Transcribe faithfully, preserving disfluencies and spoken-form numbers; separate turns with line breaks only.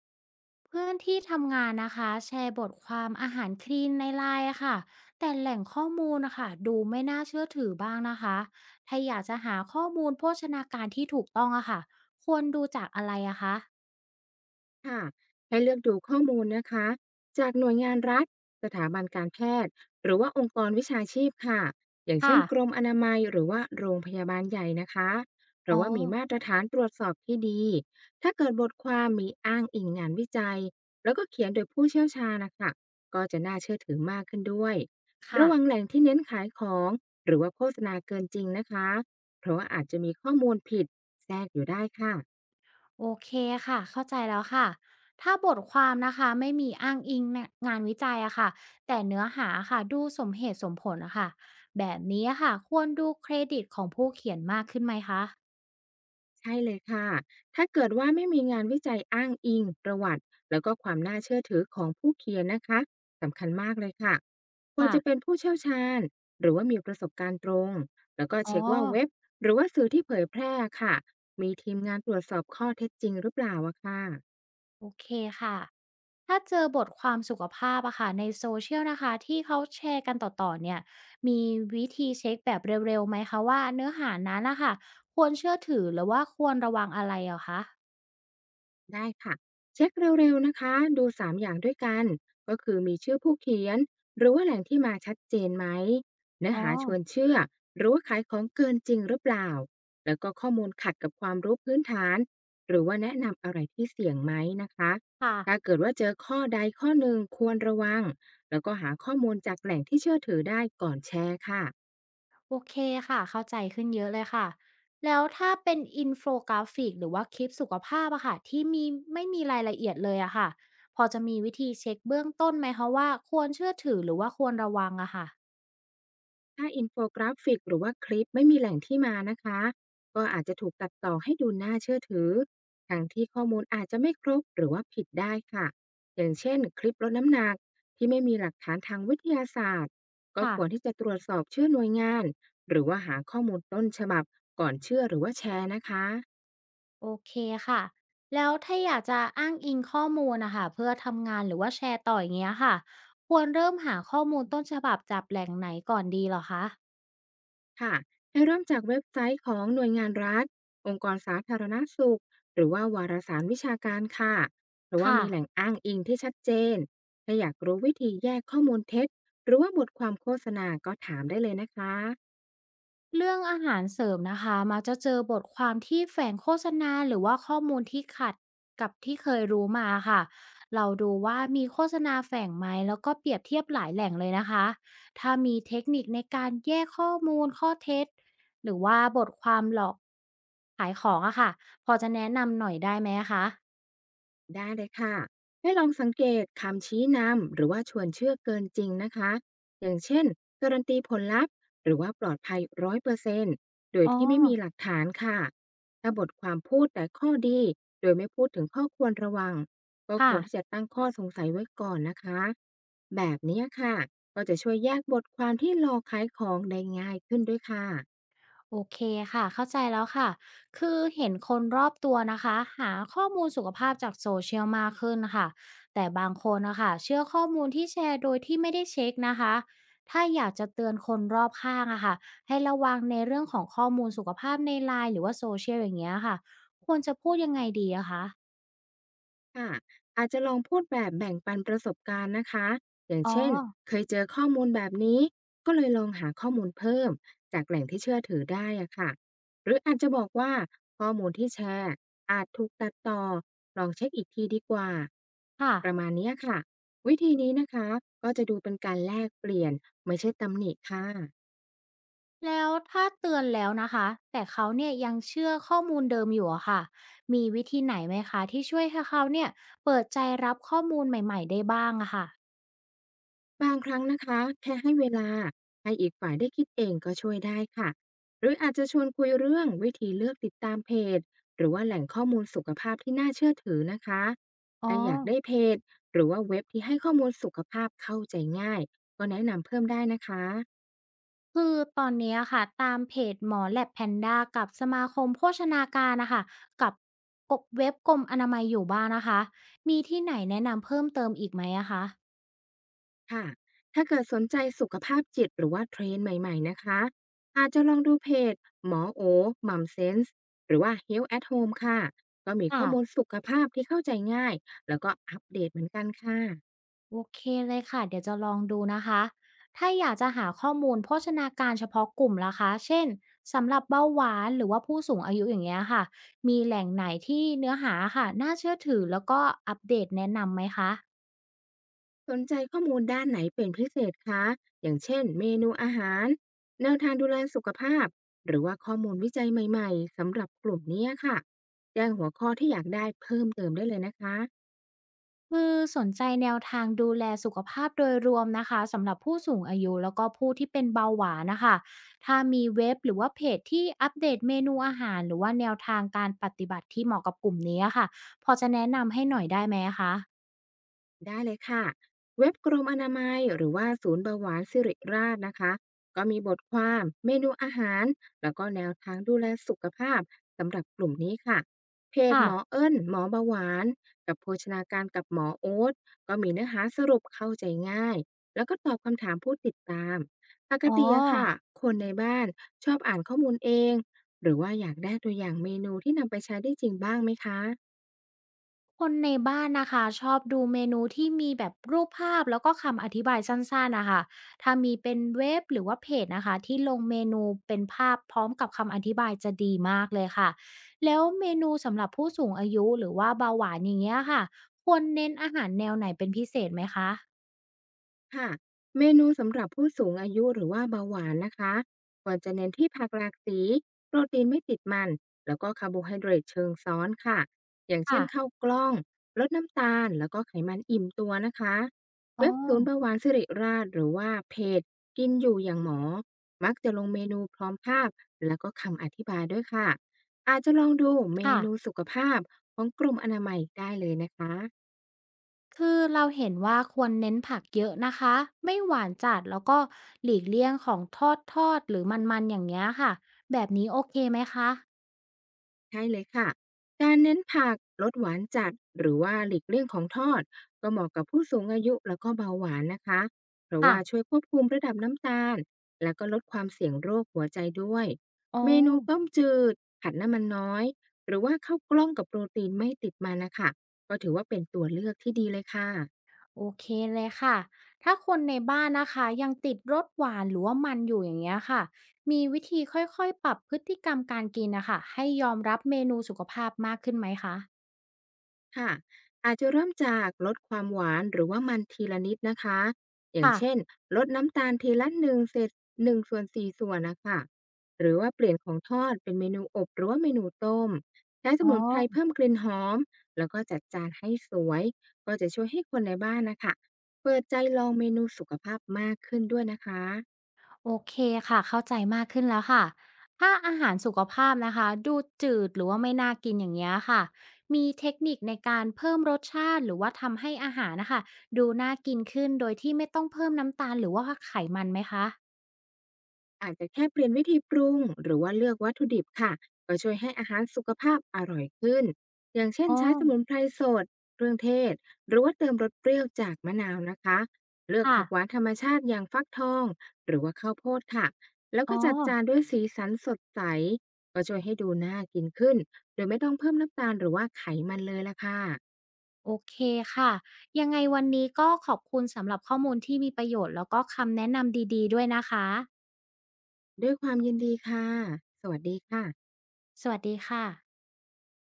เพื่อนที่ทำงานนะคะแชร์บทความอาหารคลีนในไลน์อะค่ะแต่แหล่งข้อมูลนะคะดูไม่น่าเชื่อถือบ้างนะคะถ้าอยากจะหาข้อมูลโภชนาการที่ถูกต้องอะค่ะควรดูจากอะไรอะคะ
ค่ะให้เลือกดูข้อมูลนะคะจากหน่วยงานรัฐสถาบันการแพทย์หรือว่าองค์กรวิชาชีพค่ะอย่างเช่
ค่ะ
นกรมอนามัยหรือว่าโรงพยาบาลใหญ่นะคะหรื
อ๋
อ
อ
ว่ามีมาตรฐานตรวจสอบที่ดีถ้าเกิดบทความมีอ้างอิงงานวิจัยแล้วก็เขียนโดยผู้เชี่ยวชาญนะคะก็จะน่าเชื่อถือมากขึ้นด้วย
ค่ะ
ระวังแหล่งที่เน้นขายของหรือว่าโฆษณาเกินจริงนะคะเพราะว่าอาจจะมีข้อมูลผิดแทรกอยู่ได้ค่ะ
โอเคค่ะเข้าใจแล้วค่ะถ้าบทความนะคะไม่มีอ้างอิงเนี่ยงานวิจัยอะค่ะแต่เนื้อหาค่ะดูสมเหตุสมผลอะค่ะแบบนี้อะค่ะควรดูเครดิตของผู้เขียนมากขึ้นไหมคะ
ใช่เลยค่ะ ถ้าเกิดว่าไม่มีงานวิจัยอ้างอิงประวัติแล้วก็ความน่าเชื่อถือของผู้เขียนนะคะ สำคัญมากเลยค่ะ ควร
ค่ะ
จะเป็นผู้เชี่ยวชาญหรือว่ามีประสบการณ์ตรง แล้วก็
อ๋อ
เช็คว่าเว็บ หรือว่าสื่อที่เผยแพร่ค่ะ มีทีมงานตรวจสอบข้อเท็จจริงหรือเปล่าอะค่ะ
โอเคค่ะ ถ้าเจอบทความสุขภาพอะค่ะในโซเชียลนะคะที่เขาแชร์กันต่อๆเนี่ย มีวิธีเช็คแบบเร็วๆไหมคะว่าเนื้อหานั้นนะคะควรเชื่อถือหรือว่าควรระวังอะไรเหรอคะ
ได้ค่ะเช็คเร็วๆนะคะดูสามอย่างด้วยกันก็คือมีชื่อผู้เขียนหรือว่าแหล่งที่มาชัดเจนไหมเนื้อ
อ๋อ
หาชวนเชื่อหรือว่าขายของเกินจริงหรือเปล่าแล้วก็ข้อมูลขัดกับความรู้พื้นฐานหรือว่าแนะนำอะไรที่เสี่ยงไหมนะคะถ้า
ค่ะ
เกิดว่าเจอข้อใดข้อหนึ่งควรระวังแล้วก็หาข้อมูลจากแหล่งที่เชื่อถือได้ก่อนแชร์ค่ะ
โอเคค่ะเข้าใจขึ้นเยอะเลยค่ะ แล้วถ้าเป็นอินโฟกราฟิกหรือว่าคลิปสุขภาพอะค่ะที่มีไม่มีรายละเอียดเลยอะค่ะพอจะมีวิธีเช็คเบื้องต้นไหมคะว่าควรเชื่อถือหรือว่าควรระวังอะค่ะ
ถ้าอินโฟกราฟิกหรือว่าคลิปไม่มีแหล่งที่มานะคะก็อาจจะถูกตัดต่อให้ดูน่าเชื่อถือทั้งที่ข้อมูลอาจจะไม่ครบหรือว่าผิดได้ค่ะอย่างเช่นคลิปลดน้ำหนักที่ไม่มีหลักฐานทางวิทยาศาสตร์ก็
ค่ะ
ควรที่จะตรวจสอบชื่อหน่วยงานหรือว่าหาข้อมูลต้นฉบับก่อนเชื่อหรือว่าแชร์นะคะ
โอเคค่ะ แล้วถ้าอยากจะอ้างอิงข้อมูลนะคะเพื่อทำงานหรือว่าแชร์ต่ออย่างเงี้ยค่ะ ควรเริ่มหาข้อมูลต้นฉบับจากแหล่งไหนก่อนดีเหรอคะ
ค่ะให้เริ่มจากเว็บไซต์ของหน่วยงานรัฐ องค์กรสาธารณสุข หรือว่าวารสารวิชาการค่ะหรือว่า
ค่ะ
มีแหล่งอ้างอิงที่ชัดเจนถ้าอยากรู้วิธีแยกข้อมูลเท็จหรือว่าบทความโฆษณาก็ถามได้เลยนะคะ
เรื่องอาหารเสริมนะคะมักจะเจอบทความที่แฝงโฆษณาหรือว่าข้อมูลที่ขัดกับที่เคยรู้มาค่ะเราดูว่ามีโฆษณาแฝงไหมแล้วก็เปรียบเทียบหลายแหล่งเลยนะคะถ้ามีเทคนิคในการแยกข้อมูลข้อเท็จหรือว่าบทความหลอกขายของอะค่ะพอจะแนะนำหน่อยได้ไหมะคะ
ได้เลยค่ะ ให้ลองสังเกตคำชี้นำหรือว่าชวนเชื่อเกินจริงนะคะ อย่างเช่นการันตีผลลัพธ์หรือว่าปลอดภัยร้อยเปอร์เซนต์โดย
อ๋อ
ที่ไม่มีหลักฐานค่ะ ถ้าบทความพูดแต่ข้อดีโดยไม่พูดถึงข้อควรระวังก็ค
ค่ะ
วรที่จะตั้งข้อสงสัยไว้ก่อนนะคะ แบบนี้ค่ะก็จะช่วยแยกบทความที่หลอกขายของได้ง่ายขึ้นด้วยค่ะ
โอเคค่ะเข้าใจแล้วค่ะคือเห็นคนรอบตัวนะคะหาข้อมูลสุขภาพจากโซเชียลมากขึ้นค่ะแต่บางคนนะคะเชื่อข้อมูลที่แชร์โดยที่ไม่ได้เช็คนะคะถ้าอยากจะเตือนคนรอบข้างอะค่ะให้ระวังในเรื่องของข้อมูลสุขภาพในไลน์หรือว่าโซเชียลอย่างเงี้ยค่ะควรจะพูดยังไงดีอะคะ
ค่ะอาจจะลองพูดแบบแบ่งปันประสบการณ์นะคะอย่าง
อ๋อ
เช่นเคยเจอข้อมูลแบบนี้ก็เลยลองหาข้อมูลเพิ่มจากแหล่งที่เชื่อถือได้อะค่ะหรืออาจจะบอกว่าข้อมูลที่แชร์อาจถูกตัดต่อลองเช็คอีกทีดีกว่า
ค่ะ
ประมาณเนี้ยค่ะวิธีนี้นะคะก็จะดูเป็นการแลกเปลี่ยนไม่ใช่ตำหนิค่ะ
แล้วถ้าเตือนแล้วนะคะแต่เขาเนี่ยยังเชื่อข้อมูลเดิมอยู่อะค่ะมีวิธีไหนไหมคะที่ช่วยให้เขาเนี่ยเปิดใจรับข้อมูลใหม่ๆได้บ้างอะค่ะ
บางครั้งนะคะแค่ให้เวลาให้อีกฝ่ายได้คิดเองก็ช่วยได้ค่ะหรืออาจจะชวนคุยเรื่องวิธีเลือกติดตามเพจหรือว่าแหล่งข้อมูลสุขภาพที่น่าเชื่อถือนะคะ
อ๋อ
ถ้าอยากได้เพจหรือว่าเว็บที่ให้ข้อมูลสุขภาพเข้าใจง่ายก็แนะนำเพิ่มได้นะคะ
คือตอนเนี้ยค่ะตามเพจหมอแลบแพนด้ากับสมาคมโภชนาการนะคะกับกบเว็บกรมอนามัยอยู่บ้านนะคะมีที่ไหนแนะนำเพิ่มเติมอีกไหมอะคะ
ค่ะถ้าเกิดสนใจสุขภาพจิตหรือว่าเทรนด์ใหม่ๆนะคะอาจจะลองดูเพจหมอโอมัมเซนส์หรือว่า เฮลท์ แอท โฮม ค่ะก็มีข้
ค่ะ
อมูลสุขภาพที่เข้าใจง่ายแล้วก็อัปเดตเหมือนกันค่ะ
โอเคเลยค่ะเดี๋ยวจะลองดูนะคะถ้าอยากจะหาข้อมูลโภชนาการเฉพาะกลุ่มล่ะคะเช่นสำหรับเบาหวานหรือว่าผู้สูงอายุอย่างเงี้ยค่ะมีแหล่งไหนที่เนื้อหาค่ะน่าเชื่อถือแล้วก็อัปเดตแนะนำไหมคะ
สนใจข้อมูลด้านไหนเป็นพิเศษคะอย่างเช่นเมนูอาหารแนวทางดูแลสุขภาพหรือว่าข้อมูลวิจัยใหม่ๆสำหรับกลุ่มเนี้ยค่ะแจ้งหัวข้อที่อยากได้เพิ่มเติมได้เลยนะคะ
คือสนใจแนวทางดูแลสุขภาพโดยรวมนะคะสำหรับผู้สูงอายุแล้วก็ผู้ที่เป็นเบาหวานนะคะถ้ามีเว็บหรือว่าเพจที่อัปเดตเมนูอาหารหรือว่าแนวทางการปฏิบัติที่เหมาะกับกลุ่มนี้อะค่ะพอจะแนะนำให้หน่อยได้ไหมคะ
ได้เลยค่ะ เว็บกรมอนามัยหรือว่าศูนย์เบาหวานสิริราชนะคะก็มีบทความเมนูอาหารแล้วก็แนวทางดูแลสุขภาพสำหรับกลุ่มนี้ค่ะเพจ
ค่ะ
หมอเอิ้นหมอเบาหวานกับโภชนาการกับหมอโอ๊ตก็มีเนื้อหาสรุปเข้าใจง่ายแล้วก็ตอบคำถามผู้ติดตามปก
อ๋อ
ติอะค่ะคนในบ้านชอบอ่านข้อมูลเองหรือว่าอยากได้ตัวอย่างเมนูที่นำไปใช้ได้จริงบ้างไหมคะ
คนในบ้านนะคะชอบดูเมนูที่มีแบบรูปภาพแล้วก็คำอธิบายสั้นๆนะคะถ้ามีเป็นเว็บหรือว่าเพจนะคะที่ลงเมนูเป็นภาพพร้อมกับคำอธิบายจะดีมากเลยค่ะแล้วเมนูสำหรับผู้สูงอายุหรือว่าเบาหวานอย่างเงี้ยค่ะควรเน้นอาหารแนวไหนเป็นพิเศษไหมคะ
ค่ะเมนูสำหรับผู้สูงอายุหรือว่าเบาหวานนะคะควรจะเน้นที่ผักหลากสีโปรตีนไม่ติดมันแล้วก็คาร์โบไฮเดรตเชิงซ้อนค่ะอย่างเช่น
ค่ะ
ข้าวกล้องลดน้ำตาลแล้วก็ไขมันอิ่มตัวนะคะ
อ๋อ
เว็บศูนย์เบาหวานสิริราชหรือว่าเพจกินอยู่อย่างหมอมักจะลงเมนูพร้อมภาพแล้วก็คำอธิบายด้วยค่ะอาจจะลองดูเม
ค่ะ
นูสุขภาพของกรมอนามัยได้เลยนะคะ
คือเราเห็นว่าควรเน้นผักเยอะนะคะไม่หวานจัดแล้วก็หลีกเลี่ยงของทอดทอดหรือมันๆอย่างเงี้ยค่ะแบบนี้โอเคไหมคะ
ใช่เลยค่ะการเน้นผัก ลดหวานจัด หรือว่าหลีกเลี่ยงของทอด ก็เหมาะกับผู้สูงอายุแล้วก็เบาหวานนะคะ เพราะ
ค่ะ
ว่าช่วยควบคุมระดับน้ำตาล แล้วก็ลดความเสี่ยงโรคหัวใจด้วย
อ๋อ
เมนูต้มจืดผัดน้ำมันน้อย หรือว่าข้าวกล้องกับโปรตีนไม่ติดมันนะคะ ก็ถือว่าเป็นตัวเลือกที่ดีเลยค่ะ
โอเคเลยค่ะถ้าคนในบ้านนะคะยังติดรสหวานหรือว่ามันอยู่อย่างเงี้ยค่ะมีวิธีค่อยๆปรับพฤติกรรมการกินนะคะให้ยอมรับเมนูสุขภาพมากขึ้นไหมคะ
ค่ะอาจจะเริ่มจากลดความหวานหรือว่ามันทีละนิดนะคะอย่าง
ค่ะ
เช่นลดน้ำตาลทีละหนึ่งเศษหนึ่งส่วนสี่ส่วนนะคะหรือว่าเปลี่ยนของทอดเป็นเมนูอบหรือว่าเมนูต้มใช้ส
อ๋อ
มุนไพรเพิ่มกลิ่นหอมแล้วก็จัดจานให้สวยก็จะช่วยให้คนในบ้านนะคะเปิดใจลองเมนูสุขภาพมากขึ้นด้วยนะคะ
โอเคค่ะเข้าใจมากขึ้นแล้วค่ะถ้าอาหารสุขภาพนะคะดูจืดหรือว่าไม่น่ากินอย่างเงี้ยค่ะมีเทคนิคในการเพิ่มรสชาติหรือว่าทำให้อาหารนะคะดูน่ากินขึ้นโดยที่ไม่ต้องเพิ่มน้ำตาลหรือว่าไขมันไหมคะ
อาจจะแค่เปลี่ยนวิธีปรุงหรือว่าเลือกวัตถุดิบค่ะก็ช่วยให้อาหารสุขภาพอร่อยขึ้นอย่างเช่น
อ๋อ
ใช้สมุนไพรสดเครื่องเทศหรือว่าเติมรสเปรี้ยวจากมะนาวนะคะเลือก
ค่ะ
ผักหวานธรรมชาติอย่างฟักทองหรือว่าข้าวโพดค่ะแล้ว
อ๋อ
ก็จัดจานด้วยสีสันสดใสก็ช่วยให้ดูน่ากินขึ้นโดยไม่ต้องเพิ่มน้ำตาลหรือว่าไขมันเลยละค่ะ
โอเคค่ะยังไงวันนี้ก็ขอบคุณสำหรับข้อมูลที่มีประโยชน์แล้วก็คำแนะนำดีๆด้วยนะคะ
ด้วยความยินดีค่ะสวัสดีค่ะ
สวัสดีค่ะ